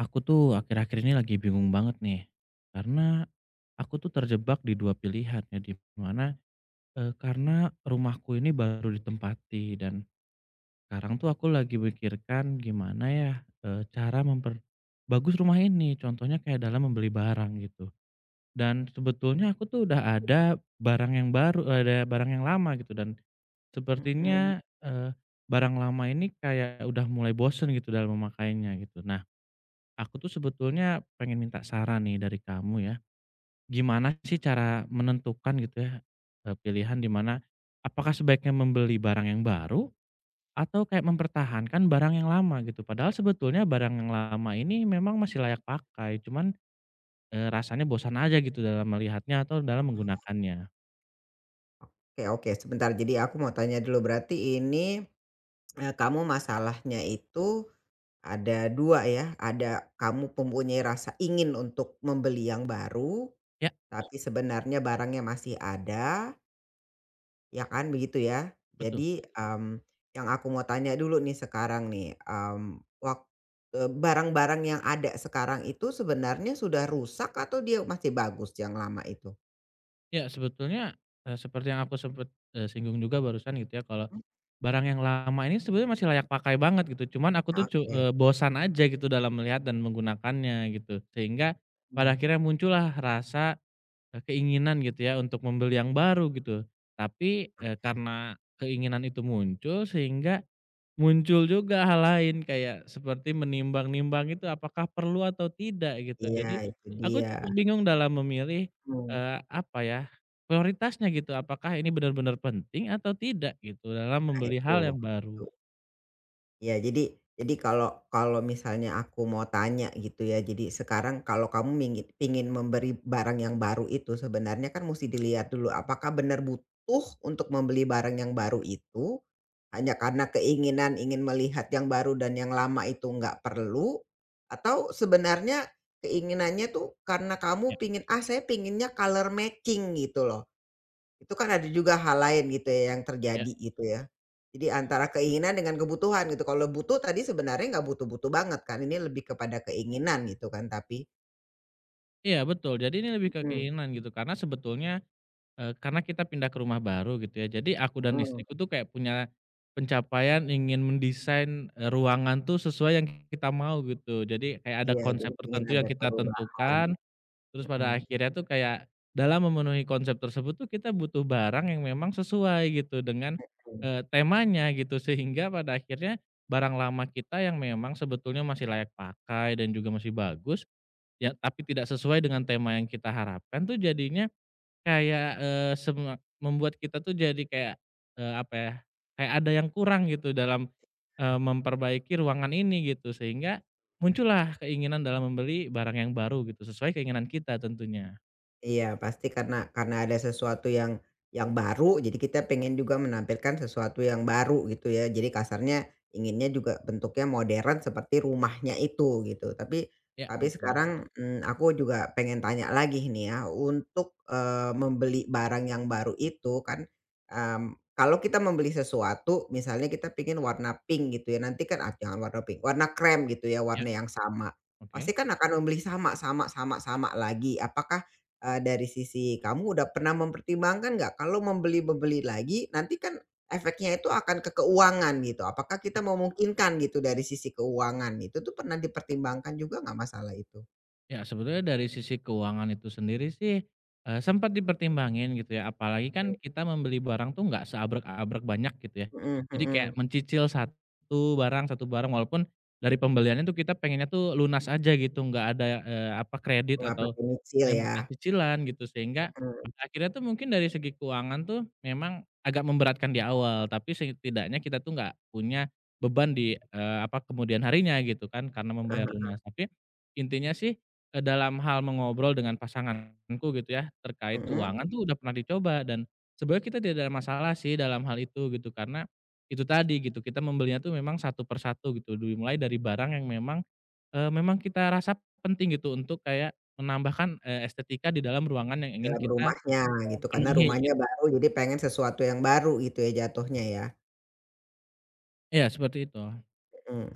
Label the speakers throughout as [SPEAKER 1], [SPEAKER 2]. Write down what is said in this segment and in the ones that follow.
[SPEAKER 1] Aku tuh akhir-akhir ini lagi bingung banget nih, karena aku tuh terjebak di 2 pilihan ya, di mana, karena rumahku ini baru ditempati dan sekarang tuh aku lagi pikirkan gimana ya, cara memperbagus rumah ini, contohnya kayak dalam membeli barang gitu. Dan sebetulnya aku tuh udah ada barang yang baru ada barang yang lama gitu dan
[SPEAKER 2] Mhm.
[SPEAKER 1] sepertinya, barang lama ini kayak udah mulai bosen gitu dalam memakainya gitu. Nah, Aku tuh sebetulnya pengen minta saran nih dari kamu ya. Gimana sih cara menentukan gitu ya, pilihan di mana apakah sebaiknya membeli barang yang baru atau kayak mempertahankan barang yang lama gitu? Padahal sebetulnya barang yang lama ini memang masih layak pakai, cuman, rasanya bosan aja gitu dalam melihatnya atau dalam menggunakannya.
[SPEAKER 2] Oke, oke, sebentar, jadi aku mau tanya dulu berarti ini, kamu masalahnya itu ada 2 ya ada kamu mempunyai rasa ingin untuk membeli yang baru.
[SPEAKER 1] Ya,
[SPEAKER 2] Ya, tapi sebenarnya barangnya masih ada ya kan begitu ya?
[SPEAKER 1] betul.
[SPEAKER 2] Jadi, mmm, yang aku mau tanya dulu nih sekarang nih, wak barang-barang yang ada sekarang itu sebenarnya sudah rusak atau dia masih bagus yang lama itu?
[SPEAKER 1] Ya, sebetulnya, seperti yang aku sempat singgung juga barusan gitu ya, kalau
[SPEAKER 2] Mmm.
[SPEAKER 1] barang yang lama ini sebenarnya masih layak pakai banget gitu, cuman aku tuh
[SPEAKER 2] Oke,
[SPEAKER 1] bosan aja gitu dalam melihat dan menggunakannya gitu. Sehingga pada
[SPEAKER 2] mmm,
[SPEAKER 1] akhirnya muncullah rasa, keinginan gitu ya untuk membeli yang baru gitu. Tapi, karena keinginan itu muncul sehingga muncul juga hal lain kayak seperti menimbang-nimbang itu apakah perlu atau tidak gitu.
[SPEAKER 2] iya
[SPEAKER 1] Jadi
[SPEAKER 2] itu
[SPEAKER 1] aku
[SPEAKER 2] dia,
[SPEAKER 1] cukup bingung dalam memilih,
[SPEAKER 2] mhm.
[SPEAKER 1] eee, apa ya, prioritasnya gitu. Apakah ini benar-benar penting atau tidak gitu dalam membeli
[SPEAKER 2] Itu
[SPEAKER 1] hal yang baru.
[SPEAKER 2] itu. Iya, jadi kalau kalau misalnya aku mau tanya gitu ya, jadi sekarang kalau kamu pingin memberi barang yang baru itu, sebenarnya kan mesti dilihat dulu apakah benar butuh untuk membeli barang yang baru itu, hanya karena keinginan ingin melihat yang baru dan yang lama itu nggak perlu, atau sebenarnya keinginannya tuh karena kamu
[SPEAKER 1] Ya
[SPEAKER 2] pingin, "Ah, saya pinginnya color matching," gitu loh. Itu kan ada juga hal lain gitu ya yang
[SPEAKER 1] ya.
[SPEAKER 2] terjadi gitu ya. Jadi antara keinginan dengan kebutuhan gitu. Kalau butuh tadi sebenarnya nggak butuh-butuh banget kan, ini lebih kepada keinginan gitu kan tapi.
[SPEAKER 1] Iya betul. Jadi ini lebih ke
[SPEAKER 2] Mhm,
[SPEAKER 1] keinginan gitu karena sebetulnya, karena kita pindah ke rumah baru gitu ya. Jadi aku dan
[SPEAKER 2] mhm.
[SPEAKER 1] istriku tuh kayak punya pencapaian ingin mendesain, ruangan tuh sesuai yang kita mau gitu. Jadi kayak ada
[SPEAKER 2] Iya,
[SPEAKER 1] konsep
[SPEAKER 2] jadi pengen
[SPEAKER 1] tertentu yang
[SPEAKER 2] ada
[SPEAKER 1] kita
[SPEAKER 2] perubahan,
[SPEAKER 1] tentukan. Terus
[SPEAKER 2] mhm.
[SPEAKER 1] pada akhirnya tuh kayak, dalam memenuhi konsep tersebut tuh kita butuh barang yang memang sesuai gitu dengan, temanya gitu sehingga pada akhirnya, barang lama kita yang memang sebetulnya masih layak pakai dan juga masih bagus, ya tapi tidak sesuai dengan tema yang kita harapkan tuh jadinya kayak, semua membuat kita tuh jadi kayak, eee, apa ya, kayak ada yang kurang gitu dalam, memperbaiki ruangan ini gitu, sehingga muncullah keinginan dalam membeli barang yang baru gitu, sesuai keinginan kita tentunya.
[SPEAKER 2] Iya, pasti karena ada sesuatu yang baru, jadi kita pengen juga menampilkan sesuatu yang baru gitu ya. Jadi kasarnya inginnya juga bentuknya modern seperti rumahnya itu gitu. Tapi
[SPEAKER 1] Ya
[SPEAKER 2] tapi
[SPEAKER 1] betul.
[SPEAKER 2] sekarang, aku juga pengen tanya lagi nih ya, untuk, membeli barang yang baru itu kan, kalau kita membeli sesuatu misalnya kita pengen warna pink gitu ya, nanti kan ah, jangan warna pink, warna krem gitu ya,
[SPEAKER 1] Ya,
[SPEAKER 2] warna yang sama. Pasti
[SPEAKER 1] oke.
[SPEAKER 2] kan akan membeli sama sama sama sama lagi. Dari sisi kamu udah pernah mempertimbangkan nggak kalau membeli-beli lagi nanti kan efeknya itu akan ke keuangan gitu, apakah
[SPEAKER 1] Ya.
[SPEAKER 2] kita memungkinkan gitu dari sisi keuangan, itu tuh pernah dipertimbangkan juga nggak masalah itu?
[SPEAKER 1] Ya, sebetulnya dari sisi keuangan itu sendiri sih, sempat dipertimbangin gitu ya, apalagi kan kita membeli barang tuh nggak seabrek-abrek banyak gitu ya.
[SPEAKER 2] Mhm,
[SPEAKER 1] Jadi kayak
[SPEAKER 2] mhm,
[SPEAKER 1] mencicil satu barang walaupun dari pembeliannya tuh kita pengennya tuh lunas aja gitu, nggak ada, eee, apa, kredit
[SPEAKER 2] nggak
[SPEAKER 1] atau,
[SPEAKER 2] pakai nyicil ya?
[SPEAKER 1] bukan cicilan gitu. Sehingga
[SPEAKER 2] Mhm,
[SPEAKER 1] akhirnya tuh mungkin dari segi keuangan tuh memang agak memberatkan di awal, tapi setidaknya kita tuh nggak punya beban di, eee, apa, kemudian harinya gitu kan karena membayar
[SPEAKER 2] ah,
[SPEAKER 1] lunas. Tapi intinya sih dalam hal mengobrol dengan pasanganku gitu ya, terkait
[SPEAKER 2] mhm,
[SPEAKER 1] keuangan. Mhm. Tuh udah pernah dicoba dan sebenarnya kita tidak ada masalah sih dalam hal itu gitu, karena itu tadi gitu, kita membelinya tuh memang satu per satu gitu, dimulai dari barang yang memang, eee, memang kita rasa penting gitu untuk kayak menambahkan, estetika di dalam ruangan yang ingin
[SPEAKER 2] dalam
[SPEAKER 1] kita
[SPEAKER 2] rumahnya gitu karena
[SPEAKER 1] penuhi gitu.
[SPEAKER 2] rumahnya baru jadi pengen sesuatu yang baru gitu ya jatuhnya ya?
[SPEAKER 1] Iya seperti itu,
[SPEAKER 2] Mmm.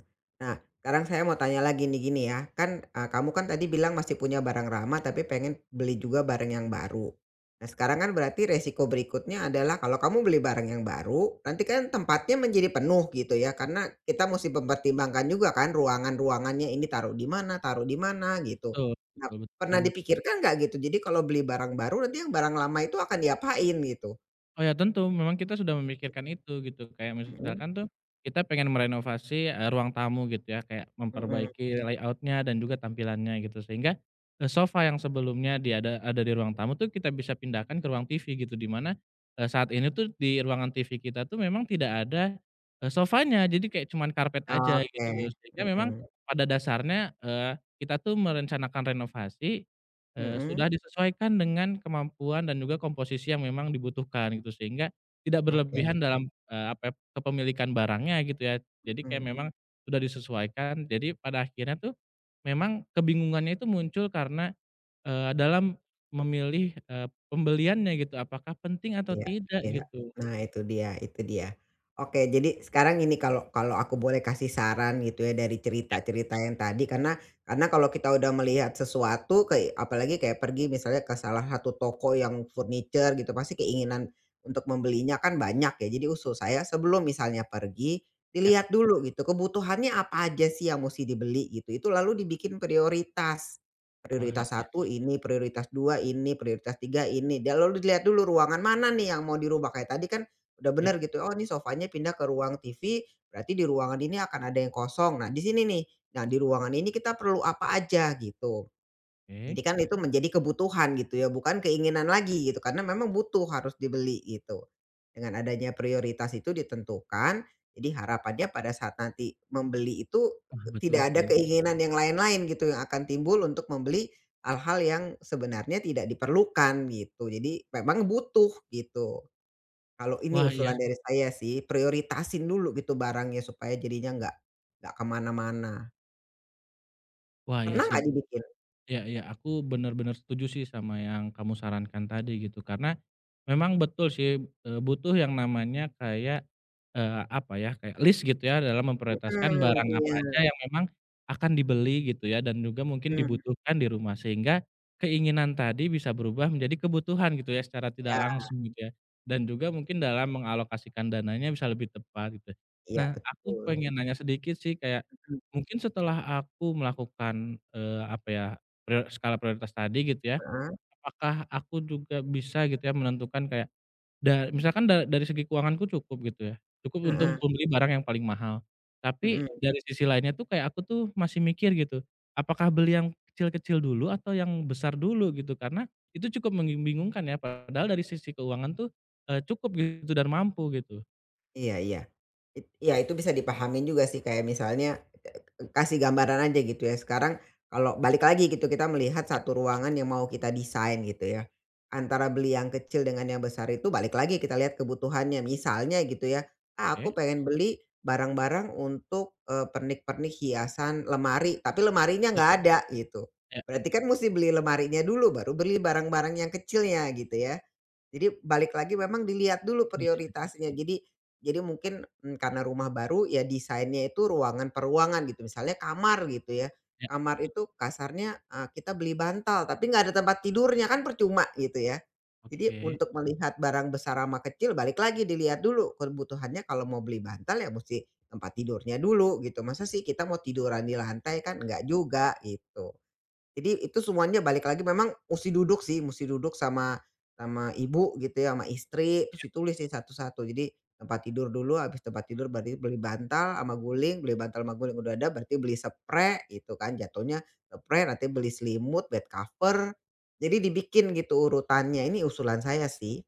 [SPEAKER 2] Nah, sekarang saya mau tanya lagi nih, gini ya, kan, kamu kan tadi bilang masih punya barang lama tapi pengen beli juga barang yang baru. Nah, sekarang kan berarti resiko berikutnya adalah kalau kamu beli barang yang baru, nanti kan tempatnya menjadi penuh gitu ya, karena kita mesti mempertimbangkan juga kan ruangan-ruangannya, ini taruh di mana, gitu.
[SPEAKER 1] betul
[SPEAKER 2] Nah,
[SPEAKER 1] betul betul
[SPEAKER 2] pernah
[SPEAKER 1] banget.
[SPEAKER 2] dipikirkan nggak gitu? Jadi kalau beli barang baru, nanti yang barang lama itu akan diapain gitu?
[SPEAKER 1] Oh ya tentu, memang kita sudah memikirkan itu gitu, kayak
[SPEAKER 2] Mhm,
[SPEAKER 1] misalkan tuh kita pengen merenovasi, ruang tamu gitu ya, kayak
[SPEAKER 2] mhm.
[SPEAKER 1] memperbaiki layoutnya dan juga tampilannya gitu, sehingga, sofa yang sebelumnya di ada di ruang tamu tuh kita bisa pindahkan ke ruang TV gitu, di mana, saat ini tuh di ruangan TV kita tuh memang tidak ada, sofanya, jadi kayak cuman karpet aja
[SPEAKER 2] Oke,
[SPEAKER 1] gitu, sehingga memang
[SPEAKER 2] mhm,
[SPEAKER 1] pada dasarnya, kita tuh merencanakan renovasi.
[SPEAKER 2] mhm,
[SPEAKER 1] Sudah disesuaikan dengan kemampuan dan juga komposisi yang memang dibutuhkan gitu, sehingga tidak
[SPEAKER 2] oke,
[SPEAKER 1] berlebihan dalam, eee, apa ya, kepemilikan barangnya gitu ya. Jadi kayak
[SPEAKER 2] mhm.
[SPEAKER 1] memang sudah disesuaikan, jadi pada akhirnya tuh memang kebingungannya itu muncul karena, dalam memilih, pembeliannya gitu, apakah penting atau
[SPEAKER 2] Iya,
[SPEAKER 1] tidak
[SPEAKER 2] iya. Gitu.
[SPEAKER 1] gitu.
[SPEAKER 2] Nah itu dia itu dia. Oke, jadi sekarang ini kalau kalau aku boleh kasih saran gitu ya dari
[SPEAKER 1] Ya
[SPEAKER 2] cerita-cerita yang tadi karena kalau kita udah melihat sesuatu kayak apalagi kayak pergi misalnya ke salah satu toko yang furniture gitu pasti keinginan untuk membelinya kan banyak ya. Jadi usul saya sebelum misalnya pergi,
[SPEAKER 1] ya.
[SPEAKER 2] dilihat dulu gitu kebutuhannya apa aja sih yang mesti dibeli gitu, itu lalu dibikin prioritas.
[SPEAKER 1] Wah
[SPEAKER 2] Prioritas satu ini, prioritas 2 ini, prioritas 3 ini. Dia lalu dilihat dulu ruangan mana nih yang mau dirubah, kayak tadi kan udah
[SPEAKER 1] ya,
[SPEAKER 2] bener gitu, oh ini sofanya pindah ke ruang TV, berarti di ruangan ini akan ada yang kosong. Nah di sini nih, nah di ruangan ini kita perlu apa aja gitu.
[SPEAKER 1] oke.
[SPEAKER 2] Jadi kan itu menjadi kebutuhan gitu ya, bukan keinginan lagi gitu, karena memang butuh, harus dibeli gitu. Dengan adanya prioritas itu ditentukan, jadi harapannya pada saat nanti membeli itu
[SPEAKER 1] Wah betul
[SPEAKER 2] tidak ada
[SPEAKER 1] sih.
[SPEAKER 2] keinginan yang lain-lain gitu yang akan timbul untuk membeli hal-hal yang sebenarnya tidak diperlukan gitu. Jadi memang butuh gitu. Kalau ini
[SPEAKER 1] Wah iya
[SPEAKER 2] usulan dari saya sih, prioritasin dulu gitu barangnya supaya jadinya nggak kemana mana.
[SPEAKER 1] wah iya
[SPEAKER 2] Pernah
[SPEAKER 1] sih.
[SPEAKER 2] nggak dibikin?
[SPEAKER 1] Iya iya, aku bener-bener setuju sih sama yang kamu sarankan tadi gitu, karena memang betul sih, eee, butuh yang namanya kayak, eee, apa ya, kayak list gitu ya dalam memprioritaskan
[SPEAKER 2] Mhm,
[SPEAKER 1] barang apa
[SPEAKER 2] iya,
[SPEAKER 1] aja yang memang akan dibeli gitu ya dan juga mungkin
[SPEAKER 2] mmm,
[SPEAKER 1] dibutuhkan di rumah sehingga keinginan tadi bisa berubah menjadi kebutuhan gitu ya secara tidak
[SPEAKER 2] iya.
[SPEAKER 1] langsung gitu ya dan juga mungkin dalam mengalokasikan dananya bisa lebih tepat gitu.
[SPEAKER 2] Iya,
[SPEAKER 1] Nah aku
[SPEAKER 2] betul.
[SPEAKER 1] pengen nanya sedikit sih kayak
[SPEAKER 2] Mhm.
[SPEAKER 1] mungkin setelah aku melakukan, eee, apa ya, skala prioritas tadi gitu ya.
[SPEAKER 2] Heeh,
[SPEAKER 1] Apakah aku juga bisa gitu ya menentukan kayak da misalkan dari segi keuanganku cukup gitu ya, cukup untuk
[SPEAKER 2] heeh,
[SPEAKER 1] membeli barang yang paling mahal. Tapi
[SPEAKER 2] mhm,
[SPEAKER 1] dari sisi lainnya tuh kayak aku tuh masih mikir gitu, apakah beli yang kecil-kecil dulu atau yang besar dulu gitu, karena itu cukup membingungkan ya padahal dari sisi keuangan tuh, cukup gitu dan mampu gitu.
[SPEAKER 2] iya, iya. Iya itu bisa dipahamin juga sih kayak misalnya, kasih gambaran aja gitu ya sekarang kalau balik lagi gitu kita melihat
[SPEAKER 1] Ya,
[SPEAKER 2] satu ruangan yang mau kita desain gitu ya, antara beli yang kecil dengan yang besar itu balik lagi kita lihat kebutuhannya misalnya gitu ya, "Ah, aku
[SPEAKER 1] oke,
[SPEAKER 2] pengen beli barang-barang untuk, pernik-pernik hiasan lemari tapi lemarinya
[SPEAKER 1] ya
[SPEAKER 2] nggak ada," gitu.
[SPEAKER 1] ya,
[SPEAKER 2] Berarti kan musti beli lemarinya dulu baru beli barang-barang yang kecilnya gitu ya. Jadi balik lagi memang dilihat
[SPEAKER 1] oh
[SPEAKER 2] dulu
[SPEAKER 1] iya,
[SPEAKER 2] prioritasnya. Jadi mungkin, karena rumah baru ya desainnya itu ruangan per ruangan gitu, misalnya kamar gitu ya.
[SPEAKER 1] ya,
[SPEAKER 2] Kamar itu kasarnya, kita beli bantal tapi nggak ada tempat tidurnya, kan percuma gitu ya. Jadi
[SPEAKER 1] oke.
[SPEAKER 2] untuk melihat barang besar sama kecil balik lagi dilihat dulu kebutuhannya kalau mau beli bantal ya mesti tempat tidurnya dulu gitu. Masa sih kita mau tiduran di lantai kan nggak juga gitu. Jadi itu semuanya balik lagi memang mesti duduk sih, mesti duduk sama sama ibu gitu ya, sama istri, terus ditulis sih satu-satu. Jadi tempat tidur dulu, habis tempat tidur berarti beli bantal sama guling, beli bantal sama guling udah ada berarti beli spray gitu kan, jatuhnya spray, nanti beli selimut, bed cover. Jadi dibikin gitu urutannya, ini usulan saya sih.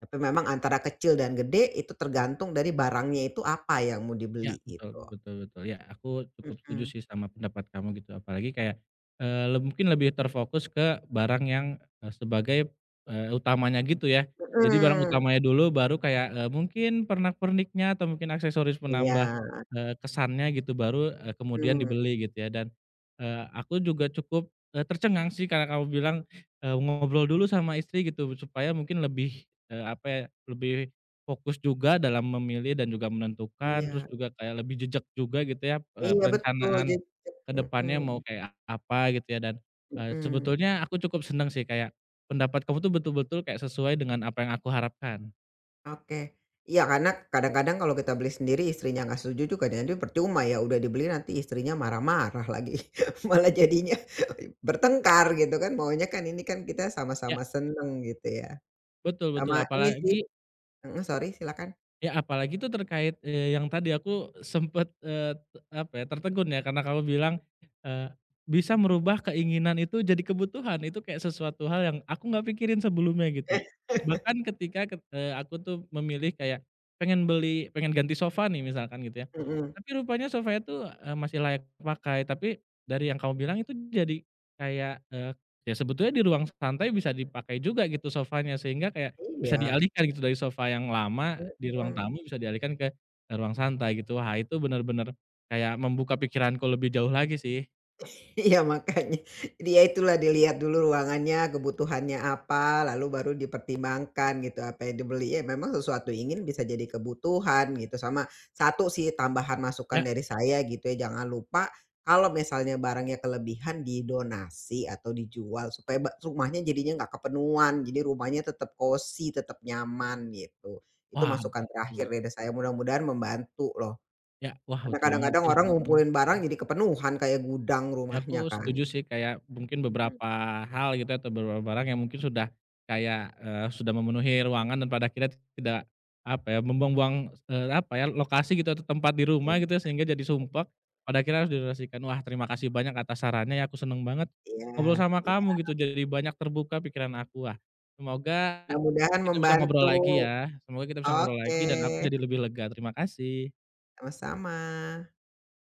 [SPEAKER 2] Tapi memang antara kecil dan gede itu tergantung dari barangnya itu apa yang mau
[SPEAKER 1] Ya,
[SPEAKER 2] dibeli
[SPEAKER 1] betul
[SPEAKER 2] gitu.
[SPEAKER 1] betul betul. Ya, aku cukup setuju
[SPEAKER 2] Mhm,
[SPEAKER 1] sih sama pendapat kamu gitu. Apalagi kayak, eee, mungkin lebih terfokus ke barang yang, eee, sebagai, utamanya gitu ya. Jadi barang
[SPEAKER 2] mhm,
[SPEAKER 1] utamanya dulu baru kayak, mungkin pernak-perniknya atau mungkin aksesoris penambah,
[SPEAKER 2] iya,
[SPEAKER 1] kesannya gitu baru, kemudian
[SPEAKER 2] mhm,
[SPEAKER 1] dibeli gitu ya. Dan, aku juga cukup, eee, tercengang sih karena kamu bilang, ngobrol dulu sama istri gitu supaya mungkin lebih, eee, apa ya, lebih fokus juga dalam memilih dan juga menentukan, terus
[SPEAKER 2] iya.
[SPEAKER 1] juga kayak lebih jejak juga gitu ya,
[SPEAKER 2] Iya, betul,
[SPEAKER 1] perencanaan
[SPEAKER 2] jadi
[SPEAKER 1] ke depannya mau
[SPEAKER 2] mhm.
[SPEAKER 1] kayak apa gitu ya dan,
[SPEAKER 2] Mhm, mhm,
[SPEAKER 1] sebetulnya aku cukup seneng sih kayak pendapat kamu tuh betul-betul kayak sesuai dengan apa yang aku harapkan.
[SPEAKER 2] oke. Iya karena kadang-kadang kalau kita beli sendiri istrinya nggak setuju juga jadi percuma ya udah dibeli nanti istrinya marah-marah lagi, malah jadinya bertengkar gitu kan maunya kan ini kan kita
[SPEAKER 1] Ya,
[SPEAKER 2] sama-sama seneng gitu ya,
[SPEAKER 1] betul betul,
[SPEAKER 2] sama ini sih
[SPEAKER 1] apalagi
[SPEAKER 2] mhm, sorry silakan.
[SPEAKER 1] ya apalagi itu terkait, eee, yang tadi aku sempet, eee, apa ya, tertegun ya karena kamu bilang, eee, bisa merubah keinginan itu jadi kebutuhan, itu kayak sesuatu hal yang aku nggak pikirin sebelumnya gitu. Bahkan ketika aku tuh memilih kayak pengen ganti sofa nih misalkan gitu ya,
[SPEAKER 2] Mhm,
[SPEAKER 1] tapi rupanya sofa itu masih layak pakai, tapi dari yang kamu bilang itu jadi kayak, ya sebetulnya di ruang santai bisa dipakai juga gitu sofanya sehingga kayak bisa
[SPEAKER 2] iya,
[SPEAKER 1] dialihkan gitu dari sofa yang lama di ruang
[SPEAKER 2] mhm.
[SPEAKER 1] tamu bisa dialihkan ke, eh, ruang santai gitu. Wah itu bener-bener kayak membuka pikiranku lebih jauh lagi sih.
[SPEAKER 2] Iya makanya. Dia itulah dilihat dulu ruangannya, kebutuhannya apa, lalu baru dipertimbangkan gitu apa yang dibeli. Ya memang sesuatu ingin bisa jadi kebutuhan gitu, sama satu sih tambahan masukan
[SPEAKER 1] Ya,
[SPEAKER 2] dari saya gitu ya, jangan lupa kalau misalnya barangnya kelebihan didonasi atau dijual supaya rumahnya jadinya nggak kepenuhan, jadi rumahnya tetap cozy, tetap nyaman gitu. Itu
[SPEAKER 1] wah
[SPEAKER 2] masukan terakhir
[SPEAKER 1] betul.
[SPEAKER 2] dari saya, mudah-mudahan membantu loh.
[SPEAKER 1] Ya, wah
[SPEAKER 2] Karena
[SPEAKER 1] betul banget
[SPEAKER 2] kadang-kadang
[SPEAKER 1] sih.
[SPEAKER 2] orang
[SPEAKER 1] Mhm.
[SPEAKER 2] ngumpulin barang jadi kepenuhan kayak gudang
[SPEAKER 1] Ya aku
[SPEAKER 2] rumahnya kan.
[SPEAKER 1] setuju sih kayak mungkin
[SPEAKER 2] Mmm,
[SPEAKER 1] beberapa hal gitu ya, atau beberapa barang yang mungkin sudah kayak, eee, sudah memenuhi ruangan dan pada akhirnya tidak, apa ya, membuang-buang, eee, apa ya, lokasi gitu atau tempat di
[SPEAKER 2] i
[SPEAKER 1] rumah gitu ya, sehingga jadi sumpek, pada akhirnya harus didonasikan. Wah terima kasih banyak atas sarannya ya, aku seneng banget
[SPEAKER 2] iya,
[SPEAKER 1] ngobrol sama
[SPEAKER 2] iya,
[SPEAKER 1] kamu gitu, jadi banyak terbuka pikiran aku. Wah semoga
[SPEAKER 2] mudah-mudahan
[SPEAKER 1] kita bisa ngobrol
[SPEAKER 2] membantu.
[SPEAKER 1] lagi ya, semoga kita bisa ngobrol
[SPEAKER 2] Oke,
[SPEAKER 1] lagi dan aku jadi lebih lega. Terima kasih.
[SPEAKER 2] sama-sama.